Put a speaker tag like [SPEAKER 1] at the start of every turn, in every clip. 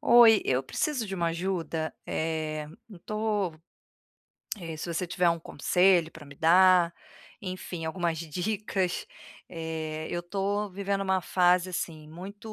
[SPEAKER 1] Oi, eu preciso de uma ajuda. Eu tô, se você tiver um conselho para me dar, enfim, algumas dicas, eu tô vivendo uma fase assim muito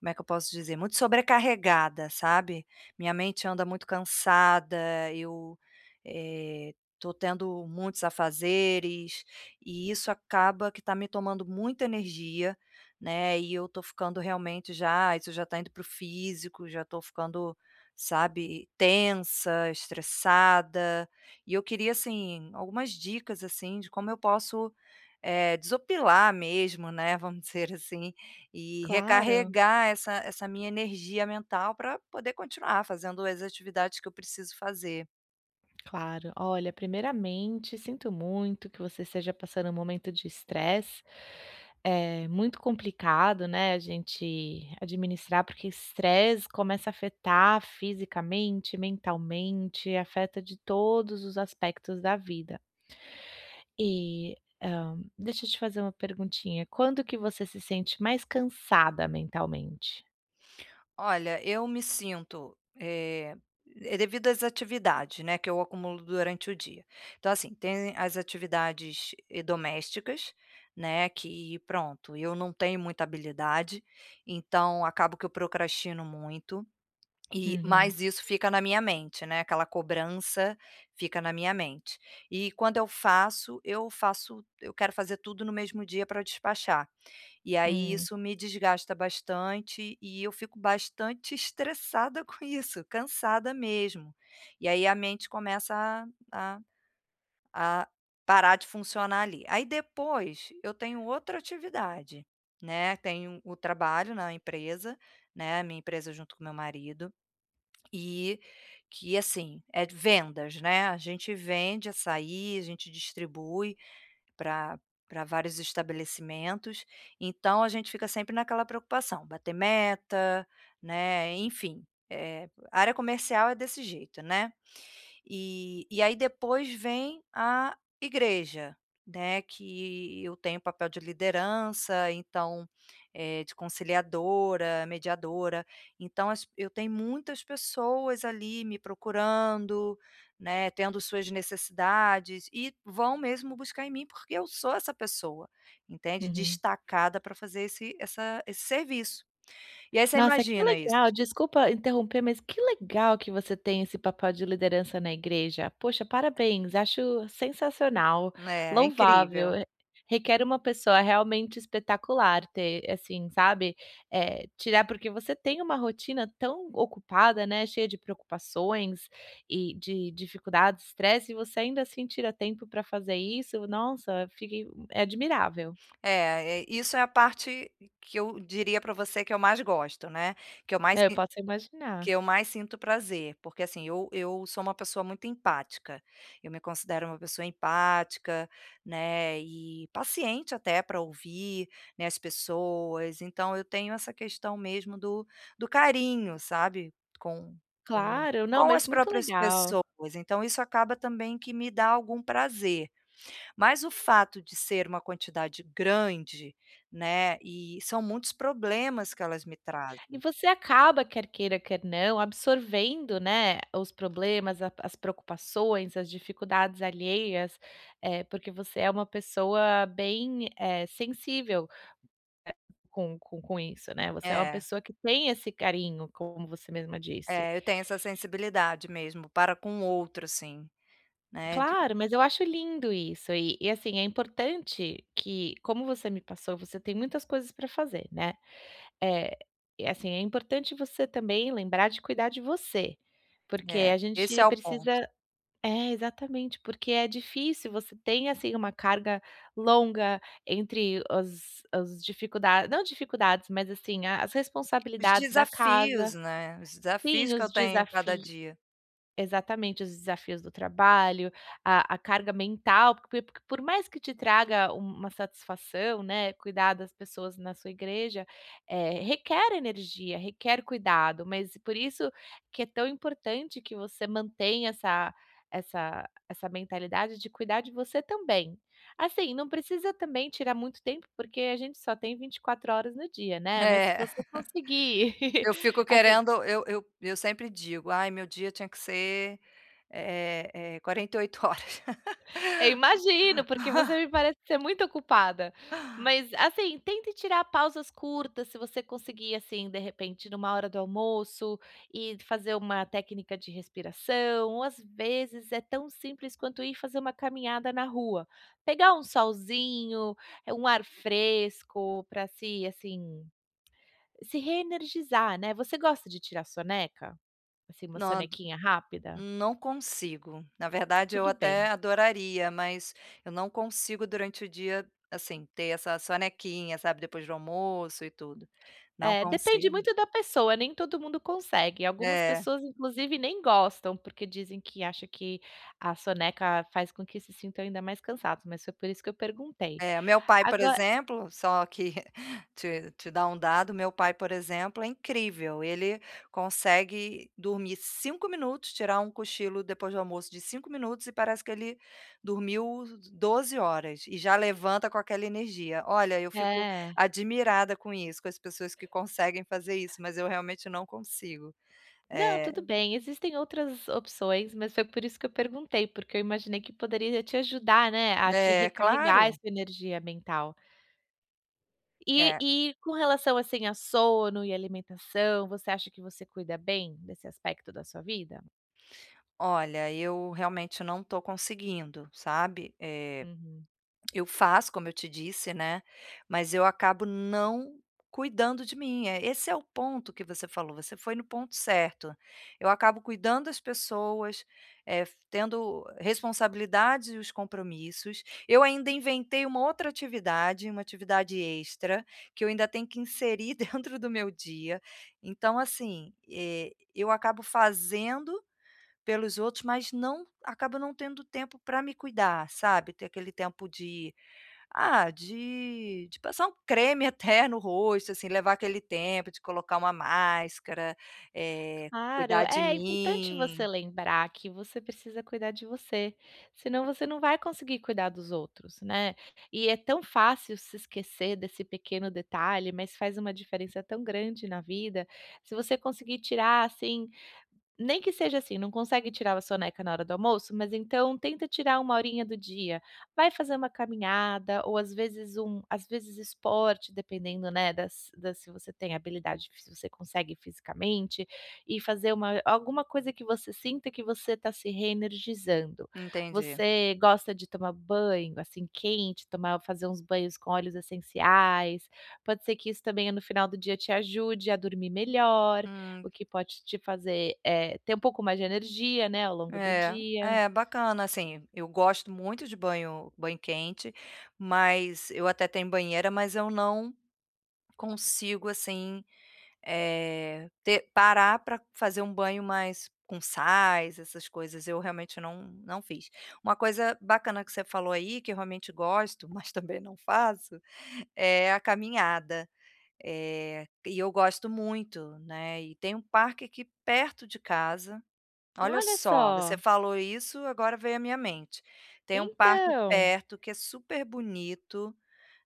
[SPEAKER 1] como é que eu posso dizer? Muito sobrecarregada, sabe? Minha mente anda muito cansada, tô tendo muitos afazeres, e isso acaba que está me tomando muita energia, né, e eu tô ficando realmente já ah, isso já tá indo para o físico, já tô ficando, sabe, tensa, estressada, e eu queria, assim, algumas dicas, assim, de como eu posso, desopilar mesmo, né, vamos dizer assim, e
[SPEAKER 2] Claro,
[SPEAKER 1] recarregar essa minha energia mental para poder continuar fazendo as atividades que eu preciso fazer.
[SPEAKER 2] claro. Olha, primeiramente, sinto muito que você esteja passando um momento de estresse. É muito complicado, né, a gente administrar, porque estresse começa a afetar fisicamente, mentalmente, afeta de todos os aspectos da vida. E, deixa eu te fazer uma perguntinha, quando que você se sente mais cansada mentalmente?
[SPEAKER 1] Olha, eu me sinto, é devido às atividades, né, que eu acumulo durante o dia. Então, assim, tem as atividades, domésticas, né, que pronto, eu não tenho muita habilidade, então acabo que eu procrastino muito. E
[SPEAKER 2] Uhum,
[SPEAKER 1] mais isso fica na minha mente, né, aquela cobrança fica na minha mente. E quando eu faço, eu quero fazer tudo no mesmo dia para despachar. E aí
[SPEAKER 2] hum,
[SPEAKER 1] isso me desgasta bastante e eu fico bastante estressada com isso, cansada mesmo. E aí a mente começa a a parar de funcionar ali. Aí depois eu tenho outra atividade, né, tenho o trabalho na empresa, né, minha empresa junto com meu marido. E que, assim, é de vendas, né, a gente vende açaí, a gente distribui para para vários estabelecimentos, então a gente fica sempre naquela preocupação, bater meta, né, enfim, é área comercial é desse jeito, né. E aí depois vem a igreja, né, que eu tenho papel de liderança, então, de conciliadora, mediadora, então as eu tenho muitas pessoas ali me procurando, né, tendo suas necessidades e vão mesmo buscar em mim, porque eu sou essa pessoa, entende,
[SPEAKER 2] uhum.
[SPEAKER 1] destacada para fazer esse serviço. E aí você
[SPEAKER 2] Nossa, que
[SPEAKER 1] imagina isso.
[SPEAKER 2] legal. Desculpa interromper, mas que legal que você tem esse papel de liderança na igreja. Poxa, parabéns, acho sensacional,
[SPEAKER 1] Né? É
[SPEAKER 2] louvável.
[SPEAKER 1] incrível.
[SPEAKER 2] Re Requer uma pessoa realmente espetacular ter, assim, sabe, tirar porque você tem uma rotina tão ocupada, né, cheia de preocupações e de dificuldades, estresse, e você ainda assim tira tempo para fazer isso. Nossa, fiquei, é admirável.
[SPEAKER 1] Isso é a parte que eu diria para você que eu mais gosto, né, que eu mais
[SPEAKER 2] É, eu
[SPEAKER 1] sin
[SPEAKER 2] posso
[SPEAKER 1] que
[SPEAKER 2] imaginar.
[SPEAKER 1] eu mais sinto prazer, porque assim, eu sou uma pessoa muito empática, eu me considero uma pessoa empática, né, e paciente até para ouvir, né, as pessoas, então eu tenho essa questão mesmo do carinho, sabe, com com
[SPEAKER 2] Claro, não,
[SPEAKER 1] com
[SPEAKER 2] mas
[SPEAKER 1] as
[SPEAKER 2] muito
[SPEAKER 1] próprias
[SPEAKER 2] legal.
[SPEAKER 1] pessoas, então isso acaba também que me dá algum prazer. Mas o fato de ser uma quantidade grande, né, e são muitos problemas que elas me
[SPEAKER 2] E
[SPEAKER 1] trazem.
[SPEAKER 2] você acaba, quer queira, quer não, absorvendo, né, os problemas, a as preocupações, as dificuldades alheias, porque você é uma pessoa bem, sensível com isso, né, você é uma
[SPEAKER 1] É,
[SPEAKER 2] pessoa que tem esse carinho, como você mesma disse.
[SPEAKER 1] eu tenho essa sensibilidade mesmo para com o outro, assim, né, de
[SPEAKER 2] Claro, mas eu acho lindo isso e, assim, é importante que, como você me passou, você tem muitas coisas para fazer, né. é e assim, é importante você também lembrar de cuidar de você, porque
[SPEAKER 1] é,
[SPEAKER 2] a
[SPEAKER 1] esse
[SPEAKER 2] gente
[SPEAKER 1] é o
[SPEAKER 2] precisa.
[SPEAKER 1] ponto.
[SPEAKER 2] É, exatamente, porque é difícil, você tem, assim, uma carga longa entre as dificulda não dificuldades, mas, assim, as
[SPEAKER 1] Os
[SPEAKER 2] responsabilidades da casa.
[SPEAKER 1] desafios, né, os
[SPEAKER 2] Sim,
[SPEAKER 1] desafios que eu
[SPEAKER 2] os
[SPEAKER 1] tenho cada
[SPEAKER 2] desafios.
[SPEAKER 1] dia.
[SPEAKER 2] Exatamente, os desafios do trabalho, a carga mental, porque por mais que te traga uma satisfação, né, cuidar das pessoas na sua igreja, requer energia, requer cuidado, mas por isso que é tão importante que você mantenha essa mentalidade de cuidar de você também. Assim, não precisa também tirar muito tempo, porque a gente só tem 24 horas no dia, né, mas se
[SPEAKER 1] É,
[SPEAKER 2] você conseguir,
[SPEAKER 1] eu fico
[SPEAKER 2] assim.
[SPEAKER 1] querendo eu sempre digo: "Ai, meu dia tinha que ser, 48 horas".
[SPEAKER 2] Eu imagino, porque você me parece ser muito ocupada. Mas, assim, tente tirar pausas curtas, se você conseguir, assim, de repente, numa hora do almoço e fazer uma técnica de respiração, ou às vezes é tão simples quanto ir fazer uma caminhada na rua. Pegar um solzinho, um ar fresco para se, assim, se reenergizar, né. Você gosta de tirar soneca? Assim, uma
[SPEAKER 1] Não.
[SPEAKER 2] sonequinha rápida?
[SPEAKER 1] Não consigo. Na verdade, eu
[SPEAKER 2] Tudo bem.
[SPEAKER 1] até adoraria, mas eu não consigo durante o dia, assim, ter essa sonequinha, sabe, depois do almoço e tudo. Não
[SPEAKER 2] É, depende
[SPEAKER 1] consigo.
[SPEAKER 2] muito da pessoa, nem todo mundo consegue. Algumas
[SPEAKER 1] É.
[SPEAKER 2] pessoas, inclusive, nem gostam, porque dizem que acham que a soneca faz com que se sintam ainda mais cansados, mas foi por isso que eu perguntei.
[SPEAKER 1] É, meu pai, por
[SPEAKER 2] Agora
[SPEAKER 1] exemplo, só que te dar um dado, meu pai, por exemplo, é incrível, ele consegue dormir 5 minutos, tirar um cochilo depois do almoço de 5 minutos e parece que ele dormiu 12 horas e já levanta com aquela energia. Olha, eu fico
[SPEAKER 2] é.
[SPEAKER 1] admirada com isso, com as pessoas que conseguem fazer isso, mas eu realmente não consigo.
[SPEAKER 2] Não,
[SPEAKER 1] É
[SPEAKER 2] tudo bem, existem outras opções, mas foi por isso que eu perguntei, porque eu imaginei que poderia te ajudar, né, a te
[SPEAKER 1] é,
[SPEAKER 2] recarregar essa
[SPEAKER 1] claro.
[SPEAKER 2] energia mental. E
[SPEAKER 1] É,
[SPEAKER 2] e com relação, assim, a sono e alimentação, você acha que você cuida bem desse aspecto da sua vida?
[SPEAKER 1] olha, eu realmente não estou conseguindo, sabe? Eh.
[SPEAKER 2] Uhum.
[SPEAKER 1] Eu faço, como eu te disse, né, mas eu acabo não cuidando de mim, eh, esse é o ponto que você falou, você foi no ponto certo. Eu acabo cuidando das pessoas, eh, f tendo responsabilidades e os compromissos. Eu ainda inventei uma outra atividade, uma atividade extra, que eu ainda tenho que inserir dentro do meu dia. Então assim, eu acabo fazendo pelos outros, mas não acabo não tendo tempo para me cuidar, sabe, ter aquele tempo de ah, de passar um creme até no rosto, assim, levar aquele tempo de colocar uma máscara,
[SPEAKER 2] Claro,
[SPEAKER 1] cuidar de
[SPEAKER 2] é importante você
[SPEAKER 1] mim.
[SPEAKER 2] lembrar que você precisa cuidar de você, senão você não vai conseguir cuidar dos outros, né. E é tão fácil se esquecer desse pequeno detalhe, mas faz uma diferença tão grande na vida. Se você conseguir tirar, assim, nem que seja assim, não consegue tirar a soneca na hora do almoço, mas então tenta tirar uma horinha do dia. Vai fazer uma caminhada ou às vezes esporte, dependendo, né, das da se você tem habilidade, se você consegue fisicamente, e fazer uma alguma coisa que você sinta que você está se reenergizando.
[SPEAKER 1] Entendi.
[SPEAKER 2] Você gosta de tomar banho, assim, quente, tomar fazer uns banhos com óleos essenciais, pode ser que isso também no final do dia te ajude a dormir melhor.
[SPEAKER 1] Hum,
[SPEAKER 2] O que pode te fazer, ter um pouco mais de energia, né, ao longo do
[SPEAKER 1] é,
[SPEAKER 2] dia.
[SPEAKER 1] é bacana, assim, eu gosto muito de banho quente, mas eu até tenho banheira, mas eu não consigo, assim. Ter parar para fazer um banho mais com sais, essas coisas, eu realmente não fiz. Uma coisa bacana que você falou aí, que eu realmente gosto, mas também não faço, é a caminhada. E eu gosto muito, né, e tem um parque aqui perto de casa. Olha
[SPEAKER 2] Olha
[SPEAKER 1] só, você
[SPEAKER 2] só,
[SPEAKER 1] falou isso, agora veio à minha mente. Tem um parque
[SPEAKER 2] então.
[SPEAKER 1] perto que é super bonito,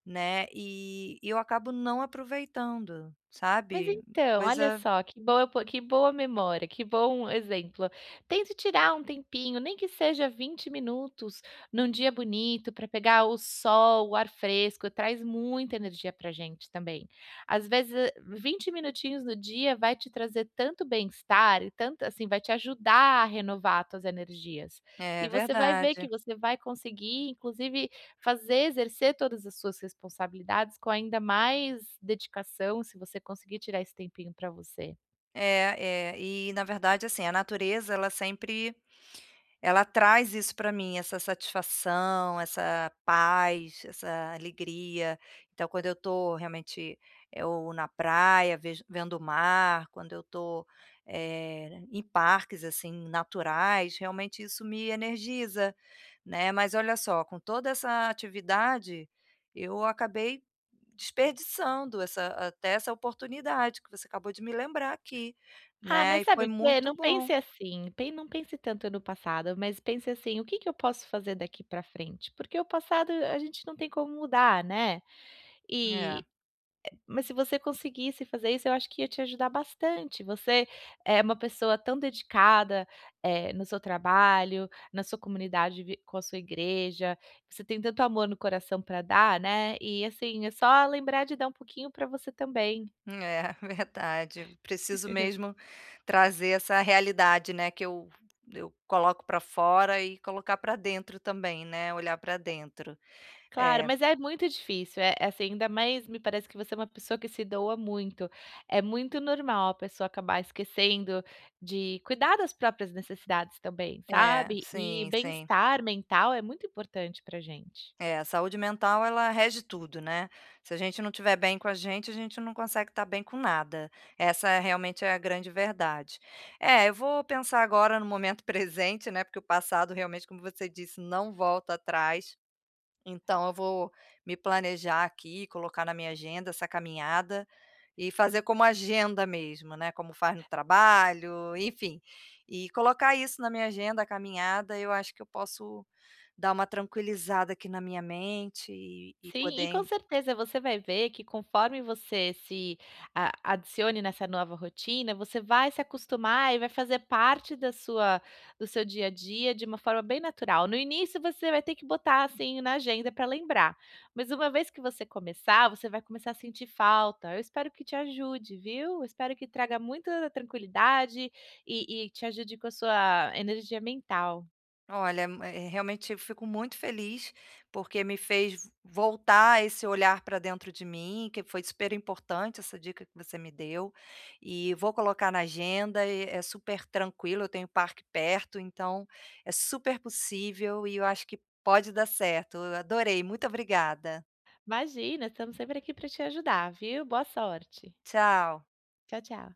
[SPEAKER 1] né, e eu acabo não aproveitando,
[SPEAKER 2] Mas
[SPEAKER 1] sabe.
[SPEAKER 2] então, olha
[SPEAKER 1] Coisa.
[SPEAKER 2] só, que boa memória, que bom exemplo. Tente tirar um tempinho, nem que seja 20 minutos, num dia bonito, para pegar o sol, o ar fresco, traz muita energia para gente também. Às vezes, 20 minutinhos no dia vai te trazer tanto bem-estar e tanto assim, vai te ajudar a renovar tuas energias. E
[SPEAKER 1] É
[SPEAKER 2] você vai ver
[SPEAKER 1] verdade.
[SPEAKER 2] que você vai conseguir, inclusive fazer, exercer todas as suas responsabilidades com ainda mais dedicação, se você conseguir tirar esse tempinho para você.
[SPEAKER 1] É, é. E na verdade, assim, a natureza ela sempre ela traz isso para mim, essa satisfação, essa paz, essa alegria. Então, quando eu estou realmente, ou na praia, vejo vendo o mar, quando eu estou em parques, assim, naturais, realmente isso me energiza, né. Mas olha só, com toda essa atividade, eu acabei desperdiçando essa até essa oportunidade que você acabou de me lembrar aqui,
[SPEAKER 2] Ah, mas
[SPEAKER 1] né, e
[SPEAKER 2] sabe
[SPEAKER 1] foi
[SPEAKER 2] o quê?
[SPEAKER 1] muito
[SPEAKER 2] Não
[SPEAKER 1] bom.
[SPEAKER 2] pense assim, pen não pense tanto no passado, mas pense assim: "O que que eu posso fazer daqui para frente?" Porque o passado a gente não tem como mudar, né.
[SPEAKER 1] É.
[SPEAKER 2] E mas se você conseguisse fazer isso, eu acho que ia te ajudar bastante. Você é uma pessoa tão dedicada, no seu trabalho, na sua comunidade vi com a sua igreja, você tem tanto amor no coração para dar, né, e assim, é só lembrar de dar um pouquinho para você também.
[SPEAKER 1] É, verdade. Preciso mesmo trazer essa realidade, né, que eu coloco para fora e colocar para dentro também, né, olhar para dentro.
[SPEAKER 2] Claro,
[SPEAKER 1] É,
[SPEAKER 2] mas é muito difícil, é assim, ainda mais me parece que você é uma pessoa que se doa muito. É muito normal a pessoa acabar esquecendo de cuidar das próprias necessidades também,
[SPEAKER 1] é,
[SPEAKER 2] sabe. E
[SPEAKER 1] sim, sim.
[SPEAKER 2] bem-estar mental é muito importante pra gente.
[SPEAKER 1] É, a saúde mental ela rege tudo, né. Se a gente não estiver bem com a gente não consegue estar bem com nada. Essa é realmente é a grande verdade. É, eu vou pensar agora no momento presente, né, porque o passado realmente, como você disse, não volta atrás. Então eu vou me planejar aqui, colocar na minha agenda essa caminhada e fazer como agenda mesmo, né, como faz no trabalho, enfim. E colocar isso na minha agenda, a caminhada, eu acho que eu posso dar uma tranquilizada aqui na minha mente e
[SPEAKER 2] Sim, e
[SPEAKER 1] poder.
[SPEAKER 2] com certeza você vai ver que conforme você se a adicione nessa nova rotina, você vai se acostumar e vai fazer parte da sua do seu dia a dia de uma forma bem natural. No início você vai ter que botar, assim, na agenda para lembrar, mas uma vez que você começar, você vai começar a sentir falta. Eu espero que te ajude, viu. Eu espero que traga muita tranquilidade e e te ajude com a sua energia mental.
[SPEAKER 1] Olha, realmente eu fico muito feliz, porque me fez voltar esse olhar para dentro de mim, que foi super importante essa dica que você me deu, e vou colocar na agenda, e é super tranquilo, eu tenho parque perto, então é super possível e eu acho que pode dar certo. Eu adorei, muito obrigada.
[SPEAKER 2] Imagina, estamos sempre aqui para te ajudar, viu. Boa sorte.
[SPEAKER 1] Tchau.
[SPEAKER 2] Tchau, tchau.